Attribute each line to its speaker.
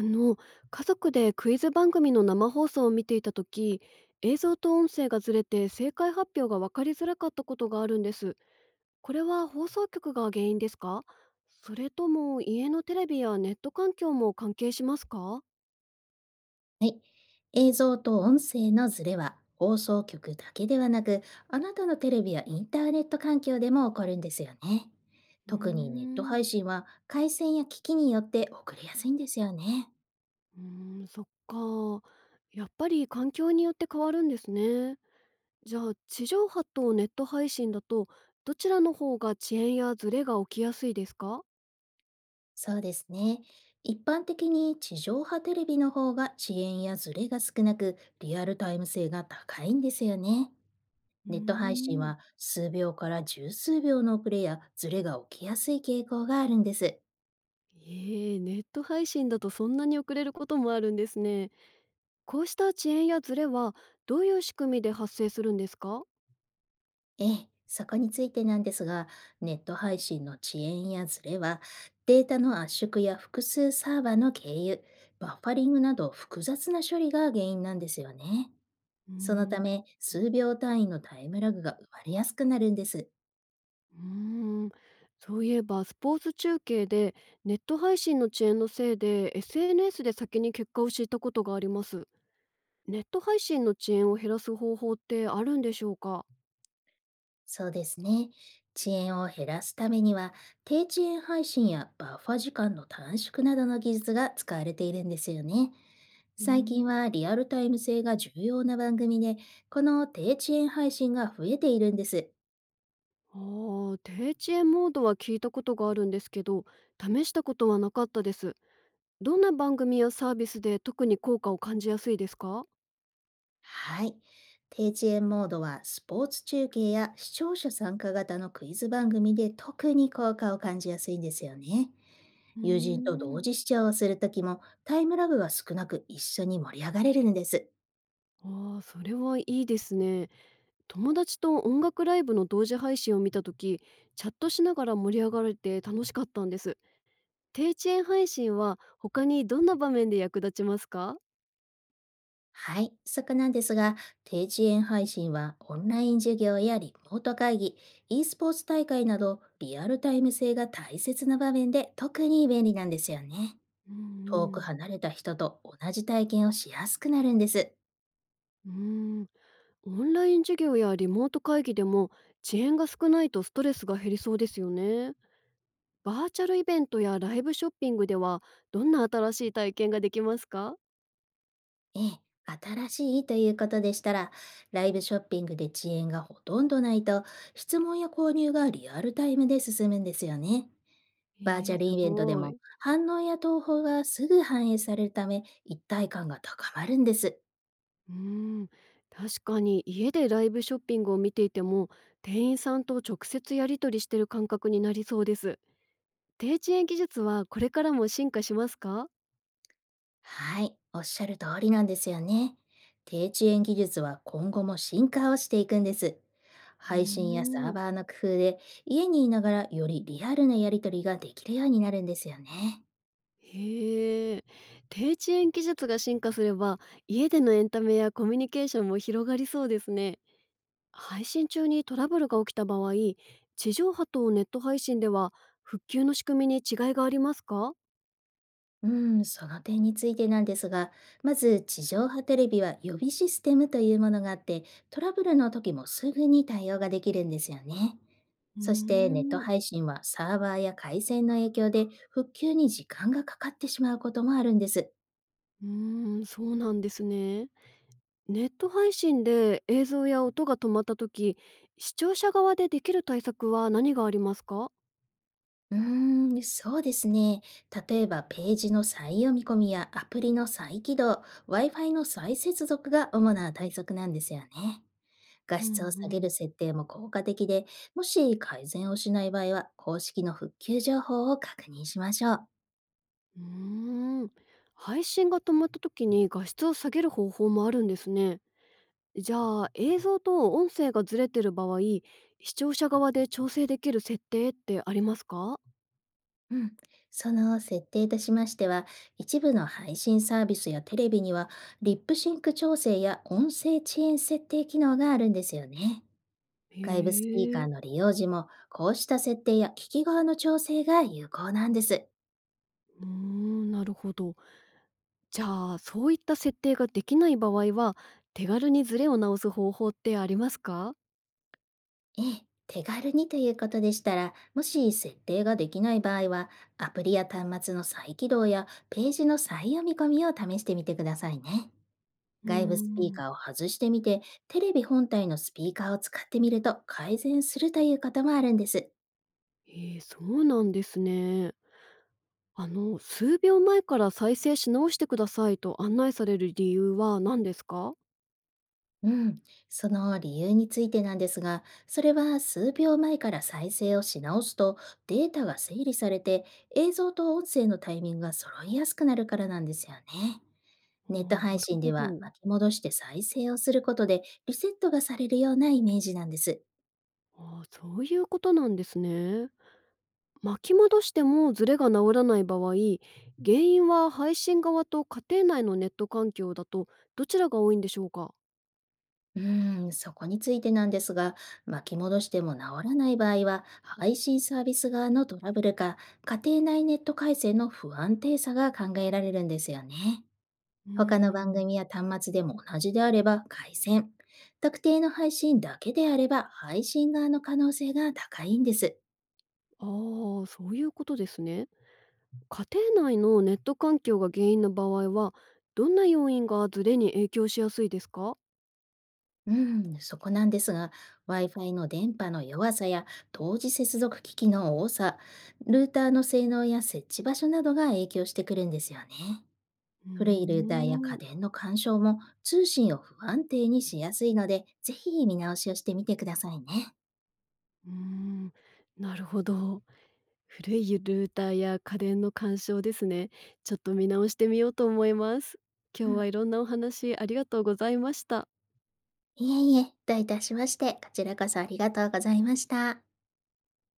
Speaker 1: あの家族でクイズ番組の生放送を見ていた時、映像と音声がずれて正解発表が分かりづらかったことがあるんです。これは放送局が原因ですか？それとも家のテレビやネット環境も関係しますか？
Speaker 2: はい。映像と音声のズレは放送局だけではなく、あなたのテレビやインターネット環境でも起こるんですよね。
Speaker 1: うー
Speaker 2: 特にネット
Speaker 1: ん。
Speaker 2: 配信は回線や機器によって遅れやすいんですよね。
Speaker 1: うーん、そっか。やっぱり環境によって変わるんですね。じゃあ地上波とネット配信だと、どちらの方が遅延やズレが起きやすいですか？
Speaker 2: そうですね。一般的に地上波テレビの方が遅延やズレが少なく、リアルタイム性が高いんですよね。
Speaker 1: うー
Speaker 2: ネット配信
Speaker 1: ん。
Speaker 2: は数秒から十数秒の遅れやズレが起きやすい傾向があるんです。
Speaker 1: ええ、ネット配信だとそんなに遅れることもあるんですね。こうした遅延やズレは、どういう仕組みで発生するんですか？
Speaker 2: ええ、そこについてなんですが、ネット配信の遅延やズレは、データの圧縮や複数サーバーの経由、バッファリングなど複雑な処理が原因なんですよね。
Speaker 1: うー
Speaker 2: そのた
Speaker 1: ん。
Speaker 2: め、数秒単位のタイムラグが生まれやすくなるんです。
Speaker 1: うーん。そういえばスポーツ中継でネット配信の遅延のせいで、 SNS で先に結果を知ったことがあります。ネット配信の遅延を減らす方法ってあるんでしょうか？
Speaker 2: そうですね。遅延を減らすためには、低遅延配信やバッファ時間の短縮などの技術が使われているんですよね。
Speaker 1: うー
Speaker 2: 最近
Speaker 1: ん。
Speaker 2: はリアルタイム性が重要な番組で、この低遅延配信が増えているんです。
Speaker 1: あ低遅延モードは聞いたことがあるんですけど、試したことはなかったです。どんな番組やサービスで特に効果を感じやすいですか？
Speaker 2: はい。低遅延モードはスポーツ中継や視聴者参加型のクイズ番組で特に効果を感じやすいんですよね。
Speaker 1: うー
Speaker 2: 友人と同
Speaker 1: ん。
Speaker 2: 時視聴をするときもタイムラグが少なく、一緒に盛り上がれるんです。
Speaker 1: ああ、それはいいですね。友達と音楽ライブの同時配信を見た時、チャットしながら盛り上がれて楽しかったんです。低遅延配信は他にどんな場面で役立ちますか？
Speaker 2: はい、そこなんですが、低遅延配信はオンライン授業やリモート会議、e スポーツ大会などリアルタイム性が大切な場面で特に便利なんですよね。
Speaker 1: うんう
Speaker 2: 遠く
Speaker 1: ん。
Speaker 2: 離れた人と同じ体験をしやすくなるんです。
Speaker 1: うーん、オンライン授業やリモート会議でも遅延が少ないとストレスが減りそうですよね。バーチャルイベントやライブショッピングではどんな新しい体験ができますか？
Speaker 2: ええ、新しいということでしたら、ライブショッピングで遅延がほとんどないと、質問や購入がリアルタイムで進むんですよね。バー
Speaker 1: え
Speaker 2: チャ
Speaker 1: え、
Speaker 2: ル
Speaker 1: す
Speaker 2: イベントで
Speaker 1: ご
Speaker 2: も
Speaker 1: い。
Speaker 2: 反応や投稿がすぐ反映されるため、一体感が高まるんです。
Speaker 1: うーん、確かに家でライブショッピングを見ていても、店員さんと直接やり取りしてる感覚になりそうです。低遅延技術はこれからも進化しますか？
Speaker 2: はい、おっしゃる通りなんですよね。低遅延技術は今後も進化をしていくんです。
Speaker 1: う
Speaker 2: 配信やサ
Speaker 1: ー
Speaker 2: ー
Speaker 1: ん。
Speaker 2: バーの工夫で、家にいながらよりリアルなやり取りができるようになるんですよね。
Speaker 1: へえ。低遅延技術が進化すれば、家でのエンタメやコミュニケーションも広がりそうですね。配信中にトラブルが起きた場合、地上波とネット配信では復旧の仕組みに違いがありますか？
Speaker 2: その点についてなんですが、まず地上波テレビは予備システムというものがあって、トラブルの時もすぐに対応ができるんですよね。
Speaker 1: う
Speaker 2: そしてネット
Speaker 1: ーん。
Speaker 2: 配信はサーバーや回線の影響で、復旧に時間がかかってしまうこともあるんです。
Speaker 1: そうなんですね。ネット配信で映像や音が止まった時、視聴者側でできる対策は何がありますか？
Speaker 2: うーそうですね。例えばページの再読み込みやアプリの再起動、Wi-Fi の再接続が主な対策なんですよね。画
Speaker 1: うんう
Speaker 2: 質を下げる
Speaker 1: ん。
Speaker 2: 設定も効果的で、もし改善をしない場合は、公式の復旧情報を確認しましょう。
Speaker 1: うーん。配信が止まった時に画質を下げる方法もあるんですね。じゃあ、映像と音声がずれてる場合、視聴者側で調整できる設定ってありますか？
Speaker 2: うん。その設定としましては、一部の配信サービスやテレビには、リップシンク調整や音声遅延設定機能があるんですよね。
Speaker 1: へ
Speaker 2: 外部スピーカ
Speaker 1: え。
Speaker 2: ーの利用時も、こうした設定や聞き側の調整が有効なんです。
Speaker 1: うーん、なるほど。じゃあ、そういった設定ができない場合は、手軽にズレを直す方法ってありますか？
Speaker 2: ええ、手軽にということでしたら、もし設定ができない場合は、アプリや端末の再起動やページの再読み込みを試してみてくださいね。
Speaker 1: うー
Speaker 2: 外部スピー
Speaker 1: ん。
Speaker 2: カーを外してみて、テレビ本体のスピーカーを使ってみると改善するということもあるんです。
Speaker 1: そうなんですね。数秒前から再生し直してくださいと案内される理由は何ですか？
Speaker 2: うん、その理由についてなんですが、それは数秒前から再生をし直すと、データが整理されて、映像と音声のタイミングが揃いやすくなるからなんですよね。
Speaker 1: あ
Speaker 2: ネッ
Speaker 1: ー、
Speaker 2: ト配
Speaker 1: なる
Speaker 2: 信
Speaker 1: ほ
Speaker 2: では
Speaker 1: ど。
Speaker 2: 巻き戻して再生をすることで、リセットがされるようなイメージなんです。
Speaker 1: あー、そういうことなんですね。巻き戻してもズレが直らない場合、原因は配信側と家庭内のネット環境だと、どちらが多いんでしょうか？
Speaker 2: そこについてなんですが、巻き戻しても治らない場合は、配信サービス側のトラブルか、家庭内ネット回線の不安定さが考えられるんですよね。
Speaker 1: う
Speaker 2: 他の
Speaker 1: ー
Speaker 2: 番
Speaker 1: ん。
Speaker 2: 組や端末でも同じであれば回線、特定の配信だけであれば配信側の可能性が高いんです。
Speaker 1: ああ、そういうことですね。家庭内のネット環境が原因の場合は、どんな要因がズレに影響しやすいですか？
Speaker 2: うん、そこなんですが、Wi-Fi の電波の弱さや同時接続機器の多さ、ルーターの性能や設置場所などが影響してくるんですよね。
Speaker 1: うー
Speaker 2: 古いルーターや家
Speaker 1: ん。
Speaker 2: 電の干渉も通信を不安定にしやすいので、ぜひ見直しをしてみてくださいね。
Speaker 1: うーん、なるほど。古いルーターや家電の干渉ですね。ちょっと見直してみようと思います。今
Speaker 2: う
Speaker 1: 日は
Speaker 2: ん
Speaker 1: いろんなお話ありがとうございました。
Speaker 2: いえいえ、どういたしまして、こちらこそありがとうございました。